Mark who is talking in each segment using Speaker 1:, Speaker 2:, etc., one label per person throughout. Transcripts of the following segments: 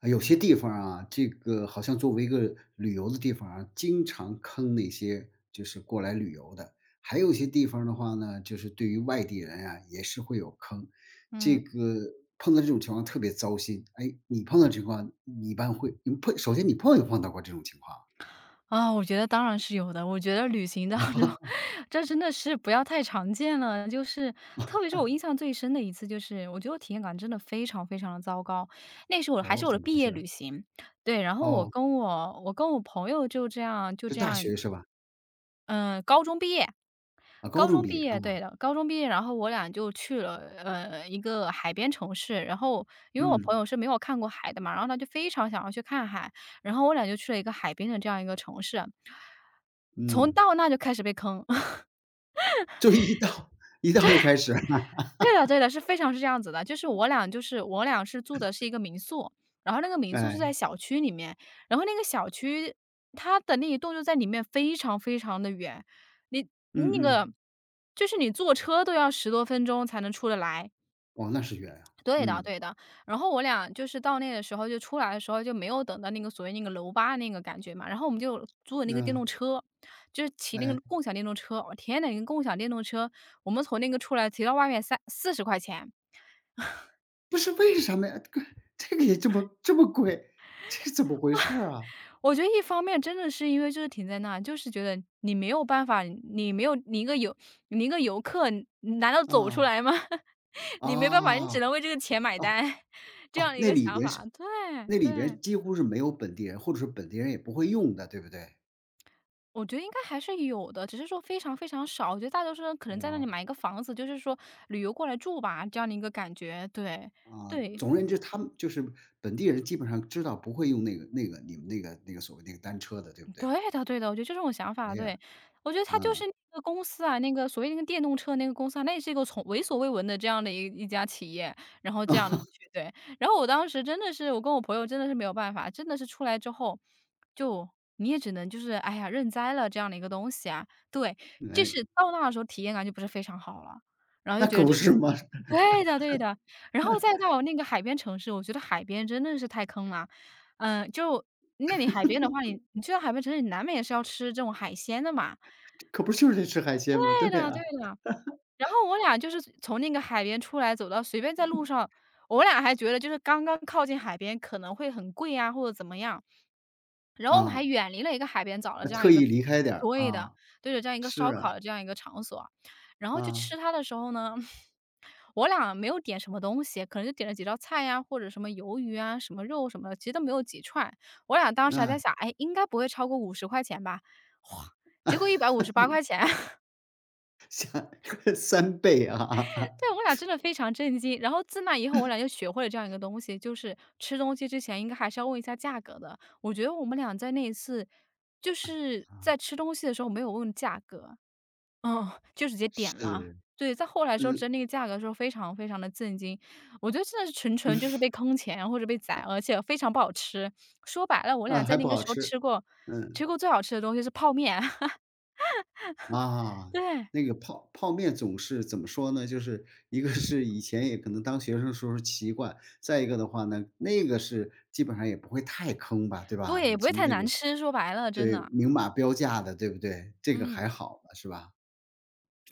Speaker 1: 啊，有些地方啊，这个好像作为一个旅游的地方啊，经常坑那些就是过来旅游的。还有一些地方的话呢，就是对于外地人啊，也是会有坑。这
Speaker 2: 嗯，
Speaker 1: 个碰到这种情况特别糟心。哎，你碰到这种情况，你一般会你碰首先你碰没碰到过这种情况啊？
Speaker 2: 啊，我觉得当然是有的。我觉得旅行当中，这真的是不要太常见了。就是特别是我印象最深的一次，就是我觉得我体验感真的非常非常的糟糕。那是我
Speaker 1: 哦，
Speaker 2: 我的
Speaker 1: 怎么
Speaker 2: 毕
Speaker 1: 回
Speaker 2: 业旅
Speaker 1: 事？
Speaker 2: 行，对，然后我
Speaker 1: 哦，
Speaker 2: 跟我我跟我朋友就这样就
Speaker 1: 是
Speaker 2: 这
Speaker 1: 大
Speaker 2: 样，
Speaker 1: 学是吧？
Speaker 2: 嗯、高中毕业，
Speaker 1: 啊，高
Speaker 2: 高
Speaker 1: 中
Speaker 2: 中
Speaker 1: 毕
Speaker 2: 毕
Speaker 1: 业啊，
Speaker 2: 业，对的，高中毕业，然后我俩就去了，一个海边城市。然后因为我
Speaker 1: 嗯
Speaker 2: 朋友是没有看过海的嘛，然后他就非常想要去看海，然后我俩就去了一个海边的这样一个城市。从
Speaker 1: 嗯，
Speaker 2: 到那就开始被坑。
Speaker 1: 就一到一到就开始，
Speaker 2: 对的对的，是非常是这样子的。就是我俩是住的是一个民宿，然后那个民宿是
Speaker 1: 哎，
Speaker 2: 在小区里面，然后那个小区它的那一栋就在里面非常非常的远，你那
Speaker 1: 嗯
Speaker 2: 个
Speaker 1: 嗯，
Speaker 2: 就是你坐车都要10多分钟才能出得来。
Speaker 1: 哦，那是远啊，
Speaker 2: 对的
Speaker 1: 嗯，
Speaker 2: 对的，然后我俩就是到那的时候就出来的时候就没有等到那个所谓那个楼吧那个感觉嘛，然后我们就租的那个电
Speaker 1: 那
Speaker 2: 动车，就是骑那个
Speaker 1: 哎。
Speaker 2: 共享电动车，我天呐，那个共享电动车，我们从那个出来骑到外面三四十块钱。
Speaker 1: 不是为什么呀？这个也这么贵，这怎么回事儿啊？
Speaker 2: 我觉得一方面真的是因为就是停在那，就是觉得你没有办法，你没有你一个游客，你难道走出
Speaker 1: 啊，
Speaker 2: 来吗？
Speaker 1: 啊
Speaker 2: 你没办法，你只
Speaker 1: 哦，
Speaker 2: 能为这个钱买单，这样
Speaker 1: 哦，
Speaker 2: 的一个想法。对
Speaker 1: 那里
Speaker 2: 对，
Speaker 1: 边几乎是没有本地人，或者是本地人也不会用的，对不对？
Speaker 2: 我觉得应该还是有的，只是说非常非常少。我觉得大多数人可能在那里
Speaker 1: 啊，
Speaker 2: 买一个房子，就是说旅游过来住吧，这样的一个感觉。对
Speaker 1: 啊，
Speaker 2: 对，
Speaker 1: 总而言之，他们就是本地人基本上知道不会用那个你们那个所谓那个单车的，对不对？
Speaker 2: 对的，对的，我觉得就这种想
Speaker 1: 哎
Speaker 2: 法，
Speaker 1: 呀，
Speaker 2: 对。我觉得他就是
Speaker 1: 啊，
Speaker 2: 那个公司啊，那个所谓那个电动车那个公司啊，那也是一个从为所未闻的这样的一家企业，然后这样去对。然后我当时真的是，我跟我朋友真的是没有办法，真的是出来之后，就你也只能就是哎呀认栽了这样的一个东西啊，对。这
Speaker 1: 哎，
Speaker 2: 是到那的时候体验感就不是非常好了，然后就
Speaker 1: 那
Speaker 2: 觉得
Speaker 1: 可
Speaker 2: 这
Speaker 1: 不
Speaker 2: 是
Speaker 1: 是吗？
Speaker 2: 对的对的。然后再到那个海边城市，我觉得海边真的是太坑了。嗯，就那里海边的话，你去到海边城市，你难免也是要吃这种海鲜的嘛。
Speaker 1: 可不就是得吃海鲜吗？对
Speaker 2: 对的
Speaker 1: 呀，
Speaker 2: 对的。然后我俩就是从那个海边出来，走到随便在路上，我俩还觉得就是刚刚靠近海边可能会很贵啊，或者怎么样。然后我们还
Speaker 1: 啊，
Speaker 2: 远离了一个海边，找了
Speaker 1: 那
Speaker 2: 这样
Speaker 1: 特
Speaker 2: 一个
Speaker 1: 意离开点儿
Speaker 2: 对的
Speaker 1: 啊，
Speaker 2: 对着这样一个
Speaker 1: 是
Speaker 2: 烧烤
Speaker 1: 啊，
Speaker 2: 的这样一个场所啊。然后去
Speaker 1: 啊，
Speaker 2: 吃它的时候呢我俩没有点什么东西，可能就点了几道菜呀，或者什么鱿鱼啊、什么肉什么的，其实都没有几串。我俩当时还在
Speaker 1: 嗯。
Speaker 2: 想，哎，应该不会超过50块钱吧？哇，结果158块钱，
Speaker 1: 像 三倍啊啊
Speaker 2: 对，我俩真的非常震惊。然后自那以后，我俩就学会了这样一个东西，就是吃东西之前应该还是要问一下价格的。我觉得我们俩在那一次，就是在
Speaker 1: 啊！
Speaker 2: 吃东西的时候没有问价格，嗯，就直接点了。
Speaker 1: 是，
Speaker 2: 对，在后来时候知道
Speaker 1: 嗯，
Speaker 2: 那个价格的时候非常非常的震惊，我觉得真的是纯纯就是被坑钱或者被宰，而且非常不好吃。说白了，我
Speaker 1: 啊，
Speaker 2: 俩
Speaker 1: 还
Speaker 2: 在那
Speaker 1: 不
Speaker 2: 个
Speaker 1: 好
Speaker 2: 时候
Speaker 1: 吃，
Speaker 2: 吃过
Speaker 1: 嗯，
Speaker 2: 吃过最好吃的东西是泡面，
Speaker 1: 啊，
Speaker 2: 对，
Speaker 1: 那个泡面总是怎么说呢？就是一个是以前也可能当学生时候习惯，再一个的话呢，那个是基本上也不会太坑吧，对吧？
Speaker 2: 对，也
Speaker 1: 你
Speaker 2: 不会
Speaker 1: 从
Speaker 2: 太
Speaker 1: 那
Speaker 2: 难
Speaker 1: 个
Speaker 2: 吃，说白了真
Speaker 1: 对
Speaker 2: 的，
Speaker 1: 明码标价的，对不对？这个
Speaker 2: 嗯，
Speaker 1: 还好吧，是吧？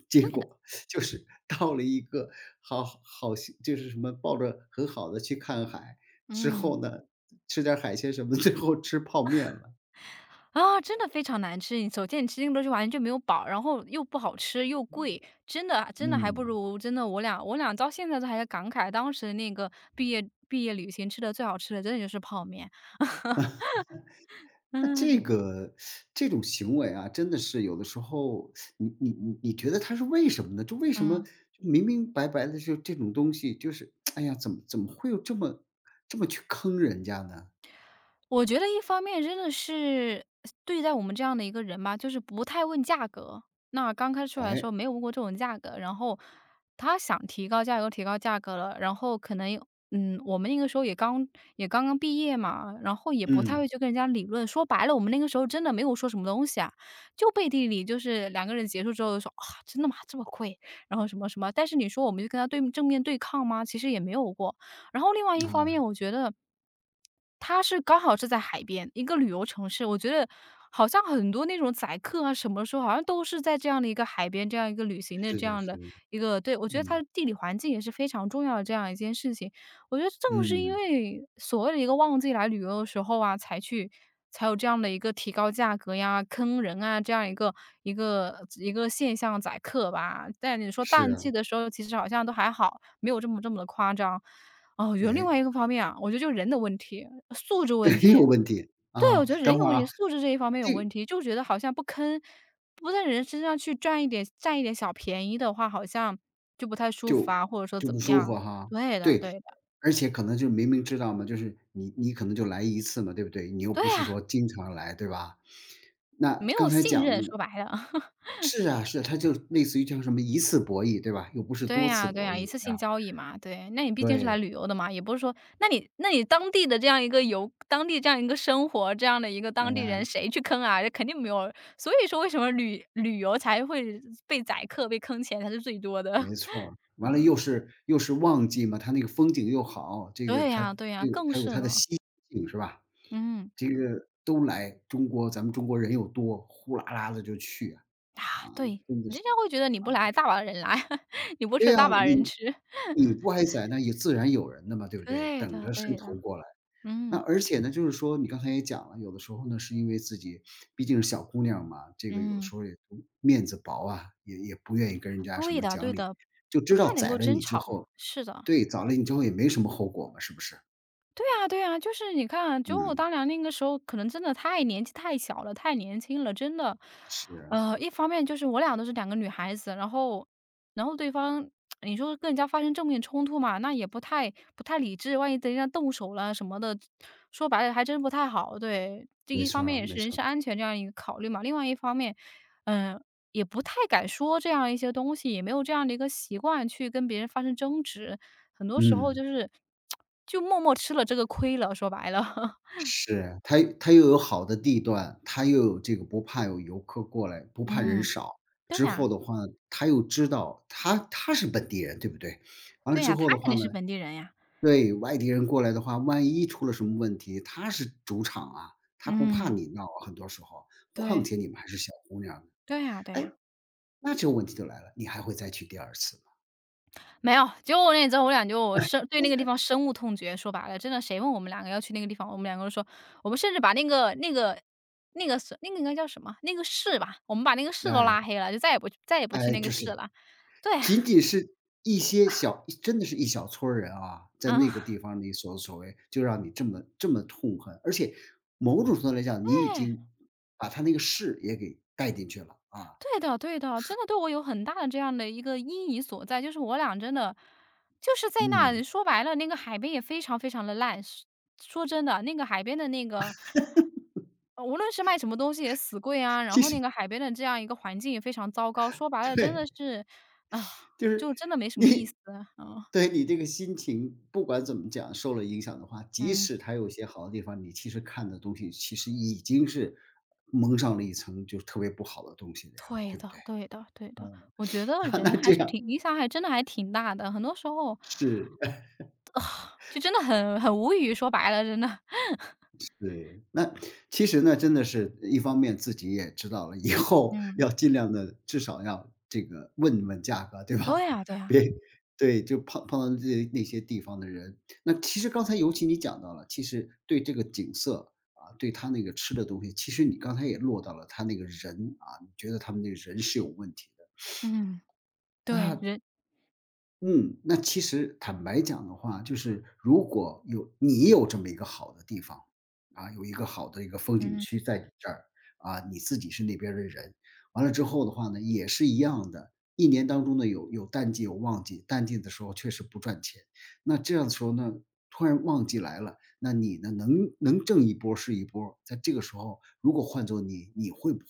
Speaker 1: 结
Speaker 2: 对的，
Speaker 1: 果就是到了一个好好就是什么抱着很好的去看海，之
Speaker 2: 嗯。
Speaker 1: 后呢，吃点儿海鲜什么，最后吃泡面了。
Speaker 2: 啊，真的非常难吃。你首先你吃进个东西完全就没有饱，然后又不好吃又贵，真的真的还不
Speaker 1: 嗯，
Speaker 2: 如真的我俩到现在都还在感慨，当时那个毕业旅行吃的最好吃的真的就是泡面。
Speaker 1: 那
Speaker 2: 嗯
Speaker 1: 这个这种行为啊，真的是有的时候，你觉得它是为什么呢？就为什么
Speaker 2: 嗯。
Speaker 1: 明明白白的就这种东西，就是哎呀，怎么会有这么去坑人家呢？
Speaker 2: 我觉得一方面真的是对待我们这样的一个人吧，就是不太问价格。那刚开始出来的时
Speaker 1: 哎，
Speaker 2: 候没有问过这种价格，然后他想提高价格了，然后可能嗯，我们那个时候也刚刚毕业嘛，然后也不太会
Speaker 1: 嗯，
Speaker 2: 去跟人家理论。说白了，我们那个时候真的没有说什么东西啊，就背地里就是两个人结束之后就说啊，真的吗？这么贵？然后什么什么？但是你说我们就跟他对正面对抗吗？其实也没有过。然后另外一方
Speaker 1: 啊，
Speaker 2: 面，我觉得。它是刚好是在海边，一个旅游城市。我觉得好像很多那种宰客啊，什么时候好像都是在这样的一个海边，这样一个旅行的
Speaker 1: 是
Speaker 2: 这
Speaker 1: 的
Speaker 2: 样
Speaker 1: 是
Speaker 2: 的
Speaker 1: 的，
Speaker 2: 一个对，我觉得它
Speaker 1: 嗯，
Speaker 2: 的地理环境也是非常重要的这样一件事情。我觉得正是因
Speaker 1: 嗯，
Speaker 2: 为所谓的一个旺季来旅游的时候啊，才去才有这样的一个提高价格呀、坑人啊这样一个现象宰客吧。但你说
Speaker 1: 是
Speaker 2: 淡
Speaker 1: 啊，
Speaker 2: 季的时候，其实好像都还好，没有这么这么的夸张。哦，有另外
Speaker 1: 哎。
Speaker 2: 一个方面啊，我觉得就是人的问题，素质问
Speaker 1: 没
Speaker 2: 题。
Speaker 1: 有问题，
Speaker 2: 对，我
Speaker 1: 啊，
Speaker 2: 觉得人
Speaker 1: 等
Speaker 2: 有
Speaker 1: 会儿
Speaker 2: 问题，
Speaker 1: 啊，
Speaker 2: 素质这一方面有
Speaker 1: 这
Speaker 2: 问题，就觉得好像不在人身上去赚一点占一点小便宜的话，好像就不太舒服
Speaker 1: 就
Speaker 2: 啊，或者说
Speaker 1: 就
Speaker 2: 怎
Speaker 1: 不
Speaker 2: 么
Speaker 1: 舒
Speaker 2: 样
Speaker 1: 服
Speaker 2: 啊。
Speaker 1: 哈。
Speaker 2: 对的
Speaker 1: 对，
Speaker 2: 对的，
Speaker 1: 而且可能就是明明知道嘛，就是你可能就来一次嘛，对不对？你又
Speaker 2: 对
Speaker 1: 不是
Speaker 2: 呀，
Speaker 1: 说经常来，对吧？那
Speaker 2: 没有
Speaker 1: 刚才
Speaker 2: 信任，
Speaker 1: 讲
Speaker 2: 说
Speaker 1: 的
Speaker 2: 白了。
Speaker 1: 是啊，是啊，它就类似于叫什么一次博弈，对吧？又不是
Speaker 2: 对
Speaker 1: 多次
Speaker 2: 呀对
Speaker 1: 博
Speaker 2: 呀，一
Speaker 1: 弈
Speaker 2: 次
Speaker 1: 啊。
Speaker 2: 性交易嘛，对。那你毕竟是
Speaker 1: 对，
Speaker 2: 来旅游的嘛，也不是说那你当地这样一个生活，这样的一个当地人，
Speaker 1: 哎，
Speaker 2: 谁去坑啊？这肯定没有。所以说为什么旅游才会被宰客、被坑钱才是最多的。
Speaker 1: 没错儿。完了
Speaker 2: 嗯，
Speaker 1: 又是旺季嘛，它那个风景又好，这个
Speaker 2: 对
Speaker 1: 它
Speaker 2: 呀对
Speaker 1: 它
Speaker 2: 呀，
Speaker 1: 有
Speaker 2: 更
Speaker 1: 它有
Speaker 2: 是
Speaker 1: 它的
Speaker 2: 呢。
Speaker 1: 吸引性，是吧？
Speaker 2: 嗯，
Speaker 1: 这个都来中国，咱们中国人又多，呼啦啦的就去啊，
Speaker 2: 啊，
Speaker 1: 啊，
Speaker 2: 对，
Speaker 1: 真的是。
Speaker 2: 人家会觉得你不来，大把人来，你不吃，
Speaker 1: 对啊，
Speaker 2: 大把人
Speaker 1: 你
Speaker 2: 吃。
Speaker 1: 你不挨宰，那也自然有人的嘛，对 不对？
Speaker 2: 对
Speaker 1: 等
Speaker 2: 的
Speaker 1: 着渗
Speaker 2: 对
Speaker 1: 透
Speaker 2: 的，
Speaker 1: 过来。那
Speaker 2: 嗯，
Speaker 1: 而且呢，就是说你刚才也讲了，有的时候呢，是因为自己毕竟是小姑娘嘛，这个有的
Speaker 2: 嗯，
Speaker 1: 时候也都面子薄啊，也不愿意跟人家什
Speaker 2: 对
Speaker 1: 么
Speaker 2: 的
Speaker 1: 讲
Speaker 2: 对
Speaker 1: 理，
Speaker 2: 的，
Speaker 1: 就
Speaker 2: 不
Speaker 1: 知
Speaker 2: 太
Speaker 1: 道
Speaker 2: 能
Speaker 1: 宰
Speaker 2: 够
Speaker 1: 了
Speaker 2: 争
Speaker 1: 你之
Speaker 2: 吵，
Speaker 1: 后
Speaker 2: 是的。
Speaker 1: 对，宰了你之后也没什么后果嘛，是不是？
Speaker 2: 对啊对啊，就是你看就我
Speaker 1: 嗯，
Speaker 2: 当两那个时候可能真的太年纪太小了，太年轻了，真的。
Speaker 1: 是啊，
Speaker 2: 一方面就是我俩都是两个女孩子，然后对方你说跟人家发生正面冲突嘛，那也不太理智，万一等人家动手了什么的，说白了还真不太好。对，这
Speaker 1: 没
Speaker 2: 一方
Speaker 1: 错
Speaker 2: 面
Speaker 1: 儿
Speaker 2: 也
Speaker 1: 没
Speaker 2: 是人
Speaker 1: 错儿，
Speaker 2: 身安全这样一个考虑嘛，另外一方面，嗯、也不太敢说这样一些东西，也没有这样的一个习惯去跟别人发生争执，很多时候
Speaker 1: 嗯。
Speaker 2: 就默默吃了这个亏了，说白了。
Speaker 1: 是，他又有好的地段，他又有这个不怕有游客过来，不怕人
Speaker 2: 嗯，
Speaker 1: 少。
Speaker 2: 对
Speaker 1: 之后
Speaker 2: 呀，
Speaker 1: 的话，他又知道他是本地人，对不对？完了
Speaker 2: 对
Speaker 1: 之
Speaker 2: 呀，他
Speaker 1: 后的
Speaker 2: 肯
Speaker 1: 话
Speaker 2: 定
Speaker 1: 呢，
Speaker 2: 是本地人呀。
Speaker 1: 对，外地人过来的话，万一出了什么问题，他是主场啊，他不怕
Speaker 2: 嗯，
Speaker 1: 你闹啊很多时候。况
Speaker 2: 对，
Speaker 1: 且你们还是小姑娘，
Speaker 2: 对呀，对
Speaker 1: 哎，
Speaker 2: 呀。
Speaker 1: 那这个问题就来了，你还会再去第二次吗？
Speaker 2: 没有，结果那之后我俩就对那个地方深恶痛绝。说白了，真的，谁问我们两个要去那个地方，我们两个都说，我们甚至把那个是那个应该叫什么？那个市吧，我们把那个市都
Speaker 1: 哎，
Speaker 2: 拉黑了，就再也不去
Speaker 1: 哎，
Speaker 2: 那个
Speaker 1: 就
Speaker 2: 市
Speaker 1: 是
Speaker 2: 了。对，
Speaker 1: 仅仅是一些小真的是一小撮儿人啊，在那个
Speaker 2: 啊。
Speaker 1: 地方你所所为，就让你这么痛恨，而且某种程度来讲，你已经把他那个势也给带进去了啊。
Speaker 2: 对的对的，真的对我有很大的这样的一个阴影所在，就是我俩真的就是在那里，
Speaker 1: 嗯，
Speaker 2: 说白了，那个海边也非常非常的烂，说真的，那个海边的那个无论是卖什么东西也死贵啊。然
Speaker 1: 其
Speaker 2: 后
Speaker 1: 实
Speaker 2: 那个海边的这样一个环境也非常糟糕，说白 了真
Speaker 1: 对，
Speaker 2: 的是，啊，
Speaker 1: 就是
Speaker 2: 就真的没什么意思，
Speaker 1: 你
Speaker 2: 嗯。
Speaker 1: 对，你这个心情不管怎么讲受了影响的话，即
Speaker 2: 嗯。
Speaker 1: 使他有些好的地方，你其实看的东西其实已经是蒙上了一层就是特别不好的东西了呀，
Speaker 2: 对
Speaker 1: 对不
Speaker 2: 的
Speaker 1: 对？
Speaker 2: 对的对的，我觉得 人
Speaker 1: 那
Speaker 2: 还
Speaker 1: 这
Speaker 2: 是
Speaker 1: 样
Speaker 2: 挺影响还真的还挺大的，很多时候，
Speaker 1: 是。
Speaker 2: 呃就真的很无语，说白了真的。
Speaker 1: 是，那其实呢，真的是一方面自己也知道了，以后
Speaker 2: 嗯，
Speaker 1: 要尽量的，至少要这个问问价格，对
Speaker 2: 对
Speaker 1: 吧？
Speaker 2: 呀，对 呀，
Speaker 1: 别对，就碰到这那些地方的人。那其实刚才尤其你讲到了，其实对这个景色，啊，对他那个吃的东西，其实你刚才也落到了他那个人，啊，你觉得他们那个人是有问题的。
Speaker 2: 嗯，对，
Speaker 1: 那
Speaker 2: 人
Speaker 1: 嗯，那其实坦白讲的话，就是如果你有这么一个好的地方，啊，有一个风景
Speaker 2: 嗯。
Speaker 1: 区在你这儿，啊，你自己是那边儿的人，完了之后的话呢，也是一样的，一年当中呢有淡季有旺季，淡季的时候确实不赚钱，那这样的时候呢，突然旺季来了，那你呢能挣一波儿是一波儿，在这个时候如果换做你，你会不会？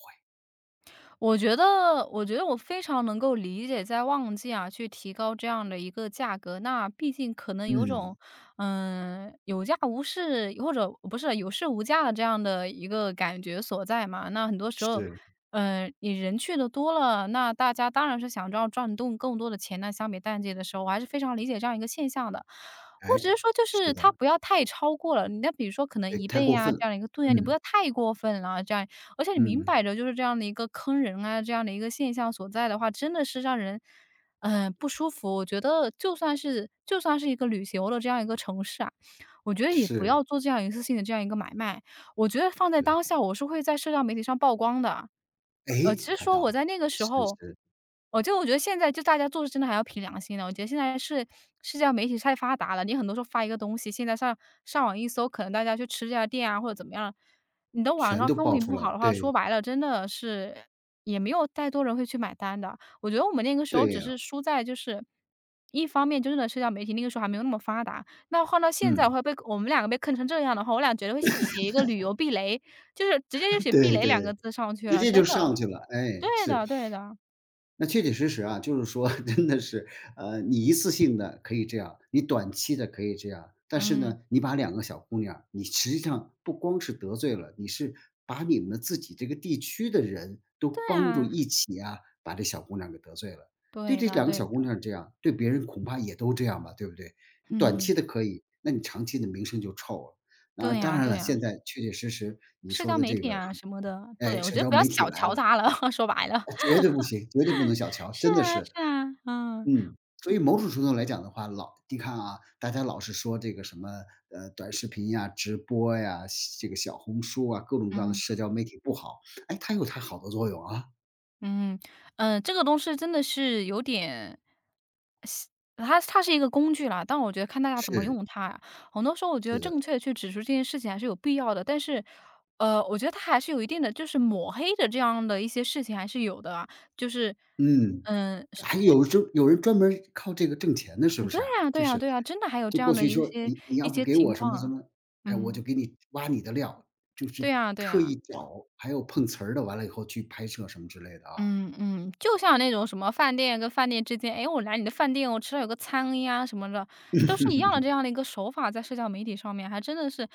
Speaker 2: 我觉得我非常能够理解，在旺季啊，去提高这样的一个价格。那毕竟可能有种，
Speaker 1: 嗯，
Speaker 2: 嗯，有价无市，或者不是有市无价的这样的一个感觉所在嘛。那很多时候，
Speaker 1: 是，
Speaker 2: 你人去的多了，那大家当然是想要赚动更多的钱。那相比淡季的时候，我还是非常理解这样一个现象的。我只
Speaker 1: 哎，
Speaker 2: 是说，就
Speaker 1: 是
Speaker 2: 是它
Speaker 1: 的，
Speaker 2: 不要太超过了。你那比如说，可能
Speaker 1: 哎，
Speaker 2: 一
Speaker 1: 太
Speaker 2: 倍
Speaker 1: 过
Speaker 2: 啊
Speaker 1: 分
Speaker 2: 这
Speaker 1: 了，
Speaker 2: 样的一个度量，你不
Speaker 1: 嗯，
Speaker 2: 要太过分了。而且你明
Speaker 1: 嗯。
Speaker 2: 摆着就是这样的一个坑人啊，这样的一个现象所在的话，真的是让人，嗯，不舒服。我觉得就算是一个旅游的这样一个城市啊，我觉得也不要
Speaker 1: 是，
Speaker 2: 做这样一次性的这样一个买卖。我觉得放在
Speaker 1: 对，
Speaker 2: 当下，我是会在社交媒体上曝光的。其
Speaker 1: 哎，
Speaker 2: 实
Speaker 1: 看
Speaker 2: 说我
Speaker 1: 到，
Speaker 2: 在那个时
Speaker 1: 是
Speaker 2: 候，
Speaker 1: 是，
Speaker 2: 我觉得现在就大家做事真的还要凭良心的。我觉得现在是社交媒体太发达了，你很多时候发一个东西，现在上网一搜，可能大家去吃这家店啊，或者怎么样，你的网
Speaker 1: 全
Speaker 2: 上
Speaker 1: 都
Speaker 2: 风
Speaker 1: 爆
Speaker 2: 评
Speaker 1: 出
Speaker 2: 不
Speaker 1: 来
Speaker 2: 好
Speaker 1: 了，
Speaker 2: 的话，说
Speaker 1: 对，
Speaker 2: 白了真的是也没有太多人会去买单的。我觉得我们那个时候
Speaker 1: 对
Speaker 2: 只
Speaker 1: 呀，
Speaker 2: 是输在就是，一方面真的社交媒体那个时候还没有那么发达，那换到现在的
Speaker 1: 嗯，
Speaker 2: 话被我们两个被坑成这样的话，我俩绝对会写一个旅游避雷，就是直接就 写"避
Speaker 1: 对
Speaker 2: 雷"
Speaker 1: 对，
Speaker 2: 两个字上去
Speaker 1: 直
Speaker 2: 了，
Speaker 1: 接就
Speaker 2: 真的。
Speaker 1: 上去了，哎，
Speaker 2: 对
Speaker 1: 是。
Speaker 2: 的对的，
Speaker 1: 那确确实实啊，就是说 真的是，你一次性的可以这样，你短期的可以这样，但是
Speaker 2: 嗯，
Speaker 1: 呢，你把两个小姑娘儿你实际上不光是得罪了，你是把你们自己这个地区的人都
Speaker 2: 对
Speaker 1: 帮助
Speaker 2: 啊，
Speaker 1: 一起啊，把这小姑娘给得罪了。对
Speaker 2: 对
Speaker 1: 这
Speaker 2: 的
Speaker 1: 两个
Speaker 2: 对
Speaker 1: 小姑
Speaker 2: 的，
Speaker 1: 娘儿这样，对别人恐怕也都这样吧，对不对？短
Speaker 2: 嗯，
Speaker 1: 期的可以，那你长期的名声就臭了。那
Speaker 2: 对
Speaker 1: 当
Speaker 2: 呀
Speaker 1: 然
Speaker 2: 对
Speaker 1: 了，
Speaker 2: 呀，
Speaker 1: 现在确确实实你
Speaker 2: 社
Speaker 1: 说
Speaker 2: 交
Speaker 1: 的
Speaker 2: 媒
Speaker 1: 这
Speaker 2: 体
Speaker 1: 个，
Speaker 2: 啊什么的，
Speaker 1: 哎，
Speaker 2: 对，我
Speaker 1: 社
Speaker 2: 觉得
Speaker 1: 交
Speaker 2: 不要
Speaker 1: 媒体
Speaker 2: 小
Speaker 1: 来
Speaker 2: 瞧
Speaker 1: 了，
Speaker 2: 它了，说白了。
Speaker 1: 绝 对不行，绝对不能小瞧，
Speaker 2: 是
Speaker 1: 真的
Speaker 2: 啊是
Speaker 1: 是，
Speaker 2: 啊，嗯，
Speaker 1: 嗯。所以某种程度来讲的话，老你看啊，大家老是说这个什么，短视频呀、直播呀、这个小红书啊，各种各样的
Speaker 2: 嗯。
Speaker 1: 社交媒体不好，哎，它有它好的作用啊。
Speaker 2: 嗯嗯，这个东西真的是有点它是一个工具啦，但我觉得看大家怎么
Speaker 1: 是，
Speaker 2: 用它呀，很多时候我觉得
Speaker 1: 是的，
Speaker 2: 正确的去指出这件事情还是有必要的，但是，我觉得它还是有一定的就是抹黑的这样的一些事情还是有的啊。就是，
Speaker 1: 嗯。
Speaker 2: 嗯，是
Speaker 1: 还有就有人专门儿靠这个挣钱的，是不
Speaker 2: 对
Speaker 1: 是啊？
Speaker 2: 呀，对呀，对呀，真的还有
Speaker 1: 就
Speaker 2: 这样
Speaker 1: 过
Speaker 2: 的
Speaker 1: 去
Speaker 2: 一
Speaker 1: 说
Speaker 2: 些
Speaker 1: 你要
Speaker 2: 一
Speaker 1: 不
Speaker 2: 些
Speaker 1: 给
Speaker 2: 情
Speaker 1: 我什
Speaker 2: 况
Speaker 1: 么什
Speaker 2: 啊。
Speaker 1: 么，哎，我就
Speaker 2: 嗯，
Speaker 1: 给你挖你的料，就是
Speaker 2: 对呀，对
Speaker 1: 特
Speaker 2: 呀。
Speaker 1: 意找还有碰瓷儿的，完了以后去拍摄什么之类的啊。
Speaker 2: 嗯嗯，就像那种什么饭店跟饭店之间，哎，我来你的饭店，我吃了有个餐呀什么的，都是一样的这样的一个手法，在社交媒体上面还真的是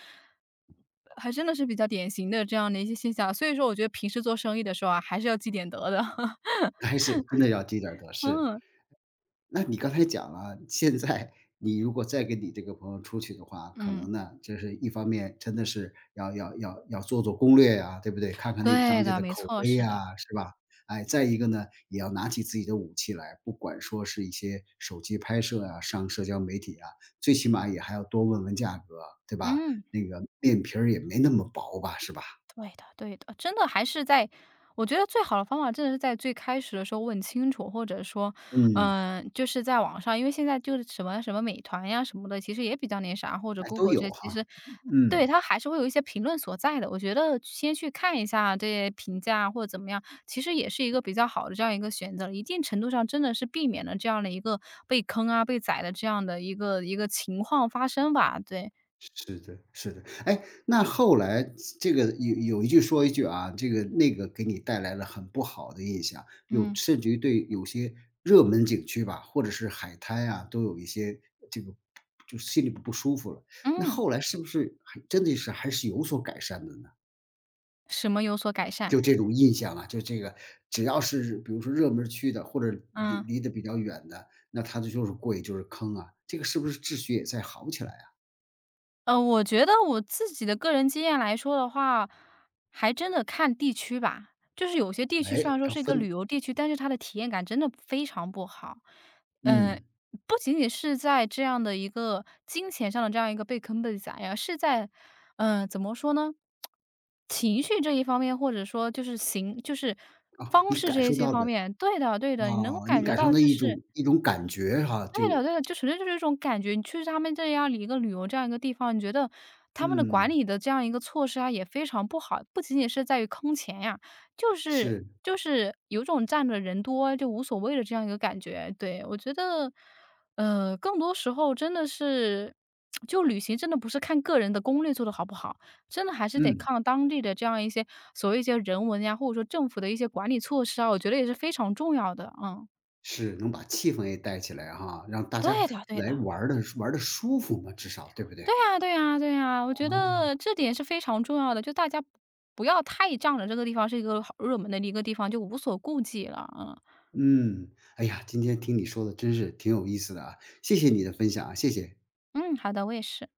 Speaker 2: 还真的是比较典型的这样的一些现象。所以说我觉得平时做生意的时候啊，还是要积点德的。
Speaker 1: 还是真的要积点儿德，是。
Speaker 2: 嗯，
Speaker 1: 那你刚才讲了，现在你如果再跟你这个朋友出去的话，可
Speaker 2: 嗯，
Speaker 1: 能呢，这是一方面真的是要做做攻略呀，对不对？看看那
Speaker 2: 对
Speaker 1: 当地
Speaker 2: 的，
Speaker 1: 的
Speaker 2: 没
Speaker 1: 口
Speaker 2: 错，
Speaker 1: 碑
Speaker 2: 是的，
Speaker 1: 呀，是吧？哎，再一个呢，也要拿起自己的武器来，不管说是一些手机拍摄啊，上社交媒体啊，最起码也还要多问问价格，对吧？
Speaker 2: 嗯。
Speaker 1: 那个面皮儿也没那么薄吧，是吧？
Speaker 2: 对的，对的，真的还是在我觉得最好的方法真的是在最开始的时候问清楚，或者说，
Speaker 1: 嗯，
Speaker 2: 就是在网上，因为现在就是什么什么美团呀什么的，其实也比较那啥，或者
Speaker 1: 哎，都
Speaker 2: Google 这
Speaker 1: 有
Speaker 2: 些，其
Speaker 1: 哈，
Speaker 2: 实对
Speaker 1: 嗯。
Speaker 2: 它还是会有一些评论所在的。我觉得先去看一下这些评价或者怎么样，其实也是一个比较好的这样一个选择，一定程度上真的是避免了这样的一个被坑啊、被宰的这样的一个情况发生吧。对，
Speaker 1: 是的，是的。哎，那后来这个有一句说一句啊，这个那个给你带来了很不好的印象，
Speaker 2: 嗯
Speaker 1: 甚至于对有些热门景区吧，或者是海滩啊，都有一些这个就心里不舒服了。那
Speaker 2: 嗯，
Speaker 1: 后来是不是还真的是还是有所改善的呢？
Speaker 2: 什么有所改善？
Speaker 1: 就这种印象啊，就这个只要是比如说热门区的，或者离
Speaker 2: 嗯。
Speaker 1: 离得比较远的，那它这就是贵，就是坑啊。这个是不是秩序也在好起来啊？
Speaker 2: 我觉得我自己的个人经验来说的话，还真的看地区吧。就是有些地
Speaker 1: 哎，
Speaker 2: 区虽然说
Speaker 1: 要
Speaker 2: 是一个
Speaker 1: 分，
Speaker 2: 旅游地区，但是它的体验感真的非常不好。嗯，
Speaker 1: 嗯。
Speaker 2: 不仅仅是在这样的一个金钱上的这样一个被坑被宰呀，是在，嗯，怎么说呢？情绪这一方面，或者说就是
Speaker 1: 啊，
Speaker 2: 方
Speaker 1: 你
Speaker 2: 式这
Speaker 1: 感
Speaker 2: 一
Speaker 1: 受
Speaker 2: 些
Speaker 1: 到
Speaker 2: 方
Speaker 1: 的，
Speaker 2: 面，对的对的，你能够
Speaker 1: 啊，你
Speaker 2: 感觉
Speaker 1: 感受
Speaker 2: 到
Speaker 1: 到
Speaker 2: 就
Speaker 1: 一
Speaker 2: 是
Speaker 1: 种一种感觉哈，
Speaker 2: 对的
Speaker 1: 就
Speaker 2: 对的，就纯粹就是一种感觉。你去他们这样一个旅游这样一个地方，你觉得他们的管
Speaker 1: 嗯，
Speaker 2: 理的这样一个措施啊，也非常不好。不仅仅是在于坑钱呀，就是
Speaker 1: 是，
Speaker 2: 就是有种占着人多就无所谓的这样一个感觉。对，我觉得，更多时候真的是，就旅行真的不是看个人的攻略做的好不好，真的还是得
Speaker 1: 嗯，
Speaker 2: 看当地的这样一些所谓一些人文呀，或者说政府的一些管理措施啊，我觉得也是非常重要的。嗯，
Speaker 1: 是，能把气氛也带起来哈，让大家
Speaker 2: 对的对
Speaker 1: 来
Speaker 2: 的。
Speaker 1: 玩儿的玩的舒服嘛，至少，对不对？
Speaker 2: 对呀，对呀，对呀，我觉
Speaker 1: 哦，
Speaker 2: 得这点是非常重要的，就大家不要太仗着这个地方是一个好热门的一个地方，就无所顾忌了，嗯。
Speaker 1: 嗯，哎呀，今天听你说的真是挺有意思的啊，谢谢你的分享啊，谢谢。
Speaker 2: 嗯，好的，我也是。